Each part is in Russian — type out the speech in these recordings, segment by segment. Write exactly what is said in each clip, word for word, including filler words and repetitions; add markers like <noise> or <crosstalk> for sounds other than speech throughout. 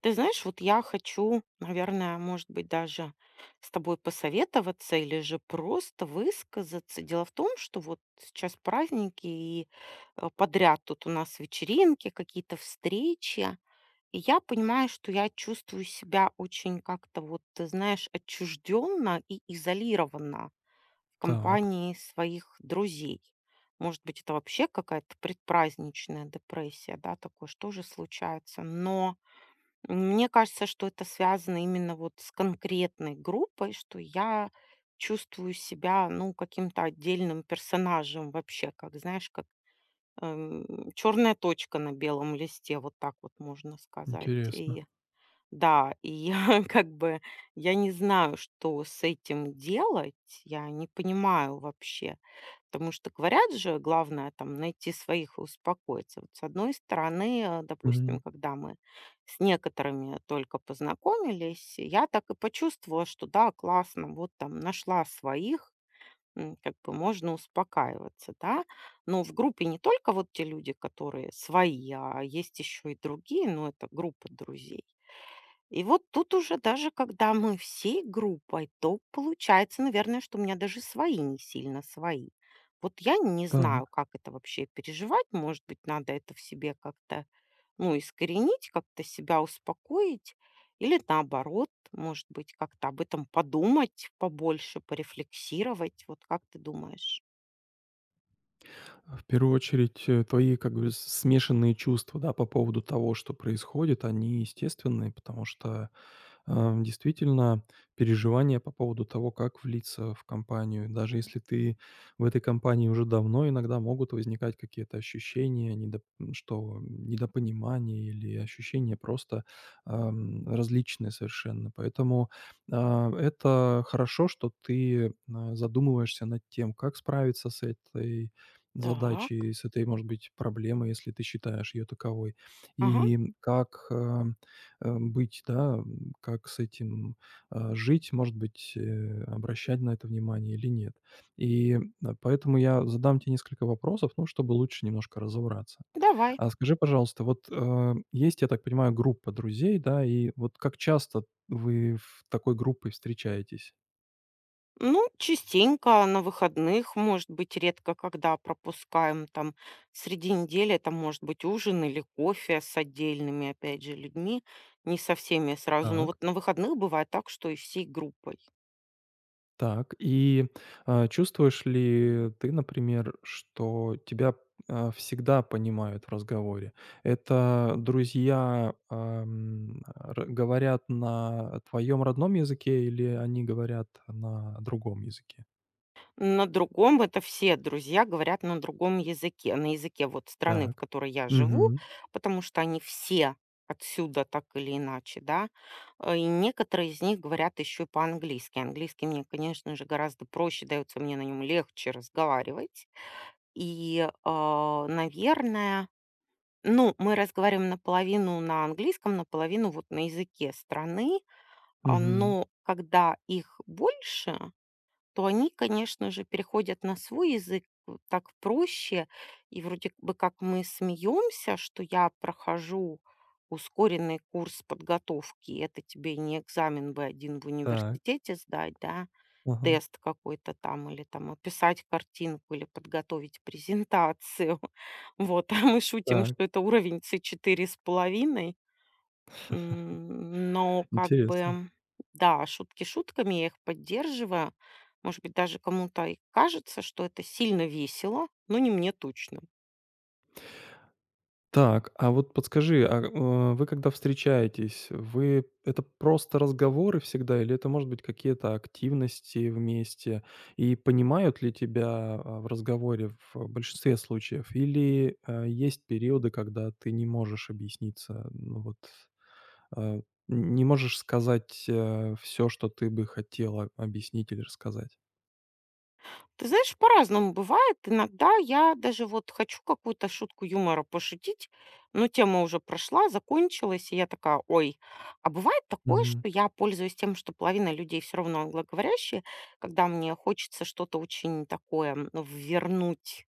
Ты знаешь, вот я хочу, наверное, может быть, даже с тобой посоветоваться или же просто высказаться. Дело в том, что вот сейчас праздники и э, подряд тут у нас вечеринки, какие-то встречи. И я понимаю, что я чувствую себя очень как-то вот, ты знаешь, отчужденно и изолированно в Так, компании своих друзей. Может быть, это вообще какая-то предпраздничная депрессия, да, такое, что же случается. Но мне кажется, что это связано именно вот с конкретной группой, что я чувствую себя, ну, каким-то отдельным персонажем вообще, как, знаешь, как эм, черная точка на белом листе, вот так вот можно сказать. интересно. И да, и я <laughs> как бы, я не знаю, что с этим делать, я не понимаю вообще. Потому что говорят же, главное там найти своих и успокоиться. Вот с одной стороны, э, Мгм. допустим, когда мы с некоторыми только познакомились, я так и почувствовала, что да, классно, вот там нашла своих, м, как бы можно успокаиваться, да. Но в группе не только вот те люди, которые свои, а есть еще и другие, но это группа друзей. И вот тут уже даже когда мы всей группой, то получается, наверное, что у меня даже свои не сильно свои. Вот я не Так, знаю, как это вообще переживать. Может быть, надо это в себе как-то, ну, искоренить, как-то себя успокоить. Или наоборот, может быть, как-то об этом подумать побольше, порефлексировать. Вот как ты думаешь? а в первую очередь, э, твои как бы с- смешанные чувства, да, по поводу того, что происходит, они естественные, потому что Ам, действительно, переживания по поводу того, как влиться в компанию, даже если ты в этой компании уже давно, иногда могут возникать какие-то ощущения, недо- что недопонимание или ощущения просто ам, различные совершенно. Поэтому а, это хорошо, что ты а, задумываешься над тем, как справиться с этой Так, задачей, с этой, может быть, проблемой, если ты считаешь ее таковой, ага, и как а, э, быть, да, как с этим, а, жить, может быть, э, обращать на это внимание или нет. И, а, Поэтому я задам тебе несколько вопросов, ну, чтобы лучше немножко разобраться. давай. А скажи, пожалуйста, вот, э, есть, я так понимаю, группа друзей, да, и вот как часто вы в такой группой встречаетесь? Ну, частенько на выходных, может быть, редко когда пропускаем там среди недели, это может быть ужин или кофе с отдельными, опять же, людьми, не со всеми сразу. Но вот Так. на выходных бывает так, что и всей группой. Так, и, а, чувствуешь ли ты, например, что тебя, а, всегда понимают в разговоре? Это друзья, ам, р говорят на твоем родном языке или они говорят на другом языке? На другом, это все друзья говорят на другом языке, на языке вот страны, в Так. которой я живу, Угу. потому что они все отсюда так или иначе, да. Э, И некоторые из них говорят еще по-английски. Английский мне, конечно же, гораздо проще дается, мне на нем легче разговаривать. И, а, наверное, ну, мы разговариваем наполовину на английском, наполовину вот на языке страны, а, Угу. но когда их больше, то они, конечно же, переходят на свой язык, э, так проще. И вроде бы как мы смеемся, что я прохожу ускоренный курс подготовки, это тебе не экзамен бы один в Так. университете сдать, да, Ага. тест какой-то там, или там описать картинку, или подготовить презентацию. <laughs> Вот, а мы шутим, Так. что это уровень цэ четыре с половиной. М, но как Интересно. бы, да, шутки шутками, я их поддерживаю. Может быть, даже кому-то и кажется, что это сильно весело, но не мне точно. Так, а вот подскажи, а, э, вы когда встречаетесь, вы это просто разговоры всегда или это, может быть, какие-то активности вместе? И понимают ли тебя, а, в разговоре в большинстве случаев? Или, а, есть периоды, когда ты не можешь объясниться, ну вот, а, не можешь сказать, все, что ты бы хотела объяснить или рассказать? Ты знаешь, по-разному бывает. Иногда я даже вот хочу какую-то шутку юмора пошутить, но тема уже прошла, закончилась, и я такая, ой. А бывает такое, Мгм. что я пользуюсь тем, что половина людей все равно англоговорящие, когда мне хочется что-то очень такое м, ввернуть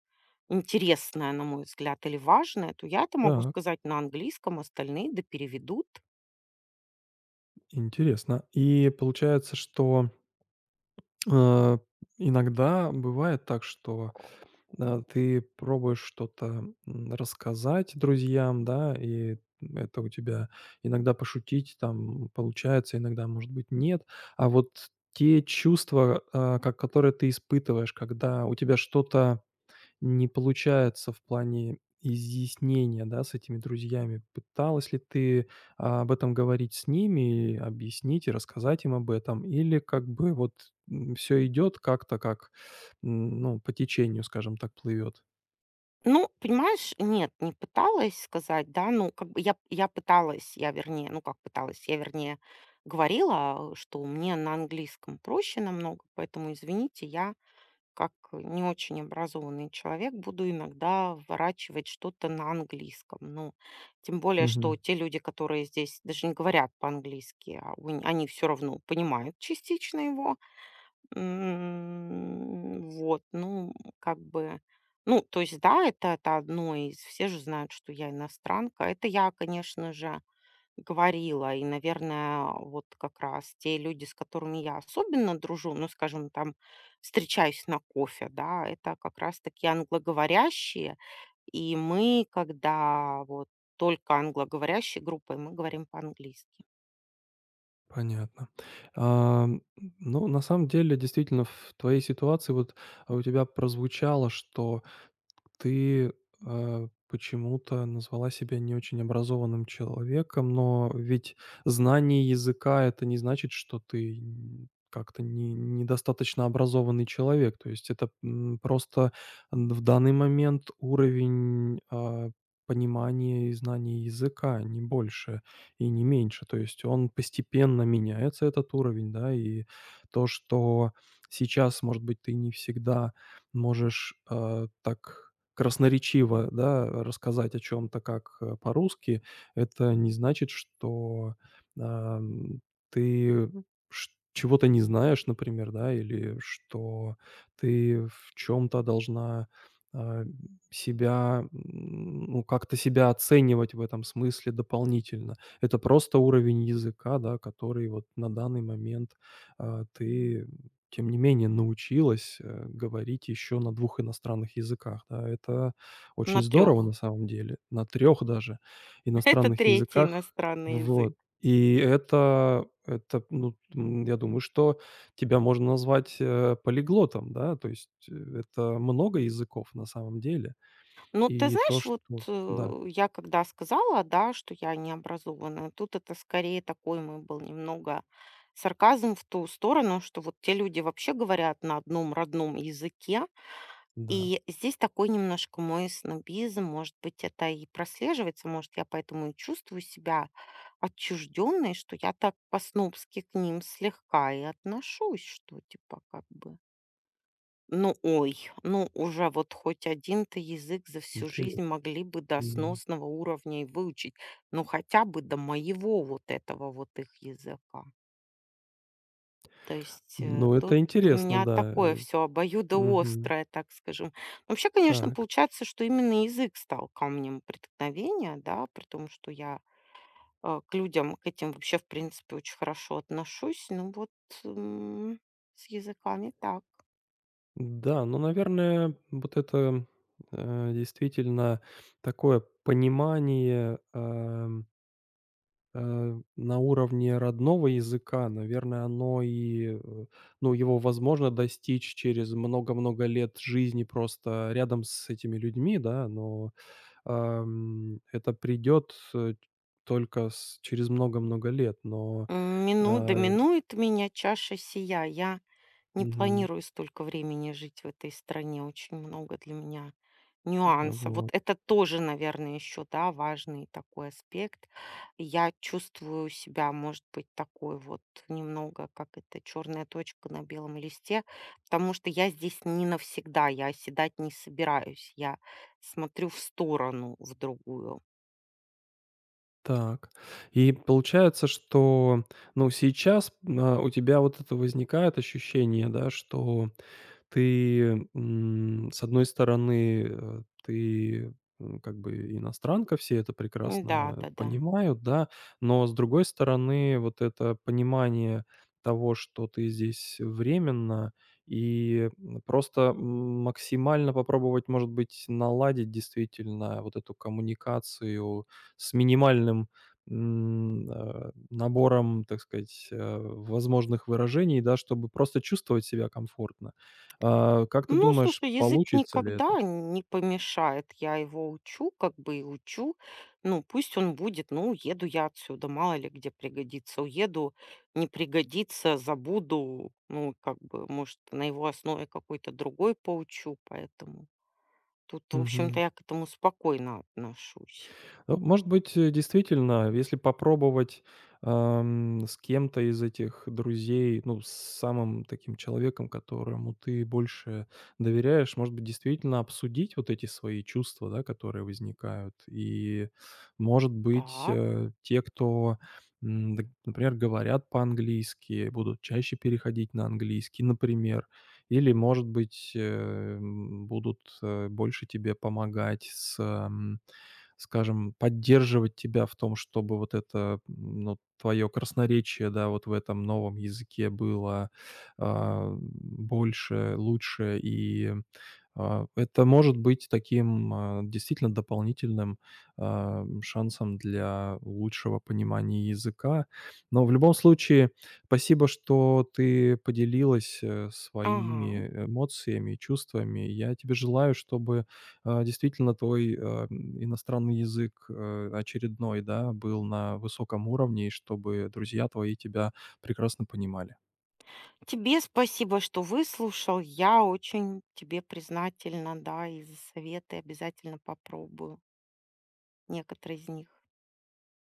интересное, на мой взгляд, или важное, то я это могу Так, сказать на английском, остальные да переведут. интересно. И получается, что Э, иногда бывает так, что, э, ты пробуешь что-то, м, рассказать друзьям, да, и это у тебя иногда пошутить там получается, иногда, может быть, нет. А вот те чувства, э, ко которые ты испытываешь, когда у тебя что-то не получается в плане изъяснения, да, с этими друзьями. Пыталась ли ты, а, об этом говорить с ними, и объяснить, и рассказать им об этом? Или как бы вот, все идет как-то как, м, ну, по течению, скажем так, плывет. Ну, понимаешь, нет, не пыталась сказать, да, ну, как бы я, я пыталась, я вернее, ну, как пыталась, я вернее говорила, э, что мне на английском проще намного, поэтому, извините, я как не очень образованный человек буду иногда вворачивать что-то на английском. Ну, тем более, что Мгм. те люди, которые здесь даже не говорят по-английски, а у- они все равно понимают частично его. М, вот, ну, как бы, ну, то есть, да, это это одно из, все же знают, что я иностранка. Это я, конечно же, говорила. И, наверное, вот как раз те люди, с которыми я особенно дружу, ну, скажем, там, встречаюсь на кофе, да, это как раз таки англоговорящие. И мы, когда вот только англоговорящей группой, мы говорим по-английски. Понятно. Ам, ну, на самом деле, действительно, в твоей ситуации вот, а, у тебя прозвучало, что Ты, э, почему-то назвала себя не очень образованным человеком, но ведь знание языка — это не значит, что ты н как-то не недостаточно образованный человек. То есть это, м, просто н в данный момент уровень, а, понимания и знания языка, не больше и не меньше. То есть он постепенно меняется, этот уровень, да, и то, что сейчас, может быть, ты не всегда можешь, э, так красноречиво, да, рассказать о чем то как, э, по-русски, это не значит, что, ам, ты ш чего-то не знаешь, например, да, или что ты в чем то должна, а, себя, м, ну, как-то себя оценивать в этом смысле дополнительно. Это просто уровень языка, да, который вот на данный момент, а, ты тем не менее, научилась, э, говорить еще на двух иностранных языках, да. Это очень На здорово трех. на самом деле, на трех даже <laughs> Это иностранных третий языках. иностранный язык. Вот. И это это, ну, м, я думаю, что тебя можно назвать, э, полиглотом, да. То есть, э, это много языков на самом деле. Ну, ты И то, знаешь, что вот да, э, я когда сказала, да, что я необразованная, тут это скорее такой мой был немного сарказм в ту сторону, что вот те люди вообще говорят на одном родном языке, да, и здесь такой немножко мой снобизм, может быть, это и прослеживается, может, я поэтому и чувствую себя отчужденной, что я так по-снобски к ним слегка и отношусь, что типа как бы ну, ой, ну уже вот хоть один то язык за всю интересно, жизнь могли бы до мгм. сносного уровня и выучить. Ну, хотя бы до моего вот этого вот их языка. То есть, э, Ну, это тут у интересно, меня да, такое э. все Мгм. обоюдоострое, так скажем. Вообще, конечно, Так. получается, что именно язык стал камнем преткновения, да, при том, что я, э, к людям, к этим вообще, в принципе, очень хорошо отношусь. Ну вот, м, с языками так. Да, ну, наверное, вот это, э, действительно такое понимание, эм, э, на уровне родного языка, наверное, оно и, э, ну, его возможно достичь через много-много лет жизни просто рядом с этими людьми, да, но, эм, это придет, э, только с через много-много лет, но, М, мину да э, меня чаша сия. Я не мгм, планирую столько времени жить в этой стране. Очень много для меня нюансов. Вот вот. это тоже, наверное, еще, да, важный такой аспект. Я чувствую себя, может быть, такой вот немного, как это, черная точка на белом листе, потому что я здесь не навсегда, я оседать не собираюсь. Я смотрю в сторону, в другую. Так. И получается, что, ну, сейчас, а, у тебя вот это возникает ощущение, да, что ты, м, с одной стороны, э, ты, м, как бы иностранка, все это Да, прекрасно да, да. понимают, да, но с другой стороны, вот это понимание того, что ты здесь временно, и, м, просто м, максимально попробовать, может быть, наладить действительно вот эту коммуникацию с минимальным, м, э, набором, так сказать, э, возможных выражений, да, чтобы просто чувствовать себя комфортно. А, как ты Ну, думаешь, слушай, язык получится ли это? никогда не помешает. Я его учу, как бы и учу. Ну, пусть он будет. Ну, уеду я отсюда, мало ли где пригодится. Уеду, не пригодится, забуду. Ну, как бы, может, на его основе какой-то другой поучу. Поэтому тут, в общем-то, я к этому спокойно отношусь. Ну, может быть, э, действительно, если попробовать, ам, с кем-то из этих друзей, ну, с самым таким человеком, которому ты больше доверяешь, может быть, действительно обсудить вот эти свои чувства, да, которые возникают. И, может быть, Так. э, те, кто, м, д например, говорят по-английски, будут чаще переходить на английский, например. Или, может быть, э, м, будут, э, больше тебе помогать с, скажем, поддерживать тебя в том, чтобы вот это, м, ну, твое красноречие, да, вот в этом новом языке было, а, больше, лучше. И, а, это может быть таким, а, действительно дополнительным, а, шансом для лучшего понимания языка. Но в любом случае, спасибо, что ты поделилась, э, Ага. своими эмоциями и чувствами. Я тебе желаю, чтобы а, действительно твой, а, иностранный язык, э, очередной, да, был на высоком уровне, и чтобы друзья твои тебя прекрасно понимали. Тебе спасибо, что выслушал. Я очень тебе признательна, да, и за советы обязательно попробую некоторые из них.